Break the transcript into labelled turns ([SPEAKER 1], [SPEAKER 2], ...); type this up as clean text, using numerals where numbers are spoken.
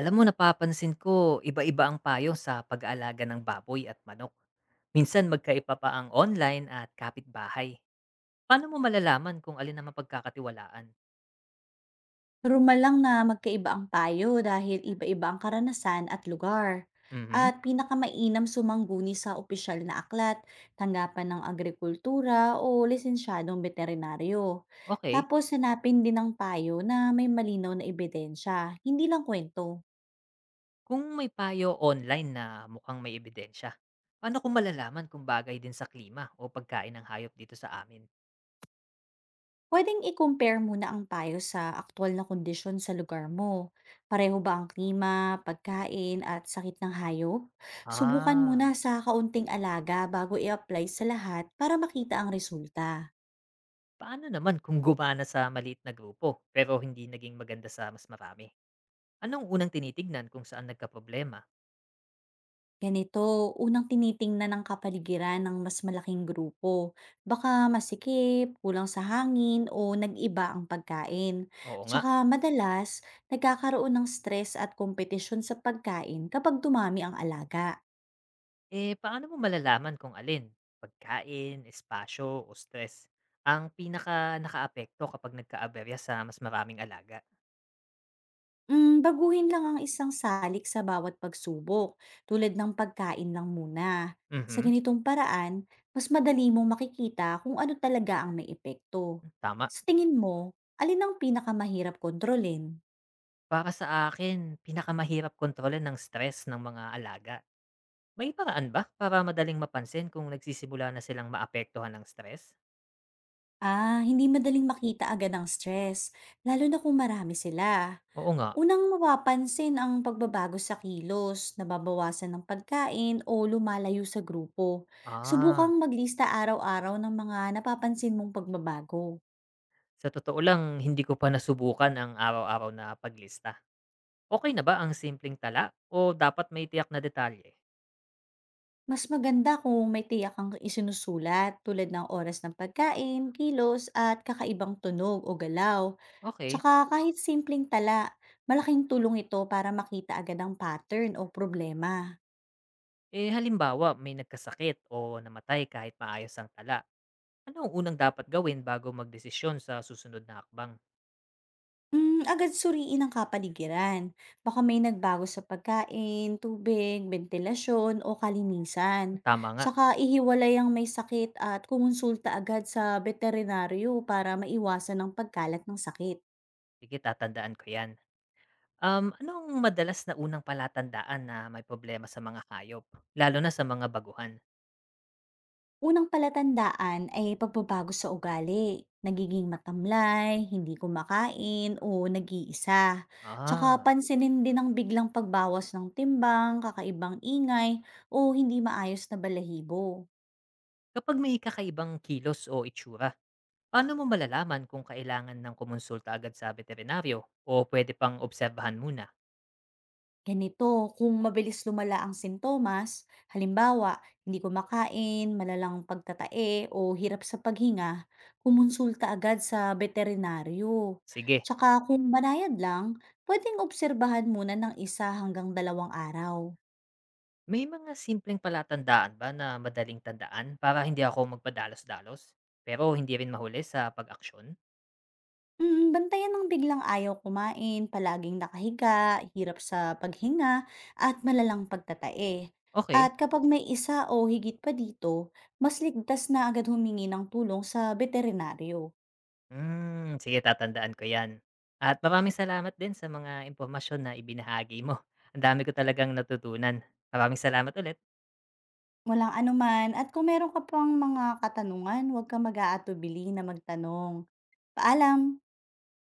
[SPEAKER 1] Alam mo napapansin ko, iba-iba ang payo sa pag-aalaga ng baboy at manok. Minsan magkaiba pa ang online at kapitbahay. Paano mo malalaman kung alin ang mapagkakatiwalaan?
[SPEAKER 2] Normal lang na magkaiba ang payo dahil iba-iba ang karanasan at lugar.
[SPEAKER 1] Mhm.
[SPEAKER 2] At pinakamainam sumangguni sa opisyal na aklat, tanggapan ng agrikultura o lisensyadong veterinaryo.
[SPEAKER 1] Okay.
[SPEAKER 2] Tapos hanapin din ang payo na may malinaw na ebidensya, hindi lang kwento.
[SPEAKER 1] Kung may payo online na mukhang may ebidensya, paano ko malalaman kung bagay din sa klima o pagkain ng hayop dito sa amin?
[SPEAKER 2] Puwedeng i-compare muna ang payo sa aktual na kondisyon sa lugar mo. Pareho ba ang klima, pagkain, at sakit ng hayop? Subukan muna
[SPEAKER 1] Ah,
[SPEAKER 2] sa kaunting alaga bago i-apply sa lahat para makita ang resulta.
[SPEAKER 1] paano naman kung gumana sa maliit na grupo pero hindi naging maganda sa mas marami? Anong unang tinitignan kung saan nagka-problema?
[SPEAKER 2] Ganito, unang tinitingnan ng kapaligiran ng mas malaking grupo. Baka masikip, kulang sa hangin, o nag-iba ang pagkain.
[SPEAKER 1] Oo nga.
[SPEAKER 2] Tsaka madalas, nagkakaroon ng stress at kompetisyon sa pagkain kapag dumami ang alaga.
[SPEAKER 1] Eh, paano mo malalaman kung alin, pagkain, espasyo o stress, ang pinaka-nakaapekto kapag nagkaaberya sa mas maraming alaga?
[SPEAKER 2] Hmm, baguhin lang ang isang salik sa bawat pagsubok, tulad ng pagkain lang muna. Sa
[SPEAKER 1] Mhm,
[SPEAKER 2] ganitong paraan, mas madali mong makikita kung ano talaga ang may epekto.
[SPEAKER 1] tama.
[SPEAKER 2] Sa tingin mo, alin ang pinakamahirap kontrolin?
[SPEAKER 1] Para sa akin, pinakamahirap kontrolin ng stress ng mga alaga. May paraan ba para madaling mapansin kung nagsisimula na silang maapektuhan ng stress?
[SPEAKER 2] Ah, hindi madaling makita agad ang stress, lalo na kung marami sila.
[SPEAKER 1] Oo nga.
[SPEAKER 2] Unang mapapansin ang pagbabago sa kilos, nababawasan ng pagkain o lumalayo sa grupo.
[SPEAKER 1] Ah,
[SPEAKER 2] Subukang maglista araw-araw ng mga napapansin mong pagbabago.
[SPEAKER 1] sa totoo lang, hindi ko pa nasubukan ang araw-araw na paglista. Okay na ba ang simpleng tala o dapat may tiyak na detalye?
[SPEAKER 2] Mas maganda kung may tiyak kang isinusulat tulad ng oras ng pagkain, kilos, at kakaibang tunog o galaw.
[SPEAKER 1] Okay.
[SPEAKER 2] Tsaka kahit simpleng tala, malaking tulong ito para makita agad ang pattern o problema.
[SPEAKER 1] Eh, halimbawa may nagkasakit o namatay kahit maayos ang tala. Ano ang unang dapat gawin bago magdesisyon sa susunod na hakbang?
[SPEAKER 2] Mm, agad suriin ang kapaligiran. Baka may nagbago sa pagkain, tubig, ventilasyon o kalinisan.
[SPEAKER 1] Tama nga.
[SPEAKER 2] Tsaka ihiwalay ang may sakit at kumonsulta agad sa veterinaryo para maiwasan ang pagkalat ng sakit.
[SPEAKER 1] Sige, tatandaan ko yan. Anong madalas na unang palatandaan na may problema sa mga hayop? Lalo na sa mga baguhan.
[SPEAKER 2] Unang palatandaan ay pagbabago sa ugali. Nagiging matamlay, hindi kumakain, o nag-iisa. Tsaka
[SPEAKER 1] Ah,
[SPEAKER 2] pansinin din ang biglang pagbawas ng timbang, kakaibang ingay, o hindi maayos na balahibo.
[SPEAKER 1] kapag may kakaibang kilos o itsura, paano mo malalaman kung kailangan ng kumonsulta agad sa veterinaryo o pwede pang obserbahan muna?
[SPEAKER 2] Ganito, kung mabilis lumala ang sintomas, halimbawa, hindi kumakain, malalang pagtatae, o hirap sa paghinga, kumonsulta agad sa veterinaryo.
[SPEAKER 1] Sige,
[SPEAKER 2] Tsaka kung banayad lang, pwedeng obserbahan muna ng isa hanggang dalawang araw.
[SPEAKER 1] may mga simpleng palatandaan ba na madaling tandaan para hindi ako magpadalos-dalos, pero hindi rin mahuli sa pag-aksyon?
[SPEAKER 2] Mm, bantayan ng biglang ayaw kumain, palaging nakahiga, hirap sa paghinga, at malalang pagtatae. At
[SPEAKER 1] Okay.
[SPEAKER 2] kapag may isa o higit pa dito, mas ligtas na agad humingi ng tulong sa veterinaryo.
[SPEAKER 1] Hmm, sige tatandaan ko 'yan. At maraming salamat din sa mga impormasyon na ibinahagi mo. Ang dami ko talagang natutunan. Maraming salamat ulit.
[SPEAKER 2] Walang anuman at kung meron ka pang mga katanungan, huwag kang mag-aatubili na magtanong. Paalam!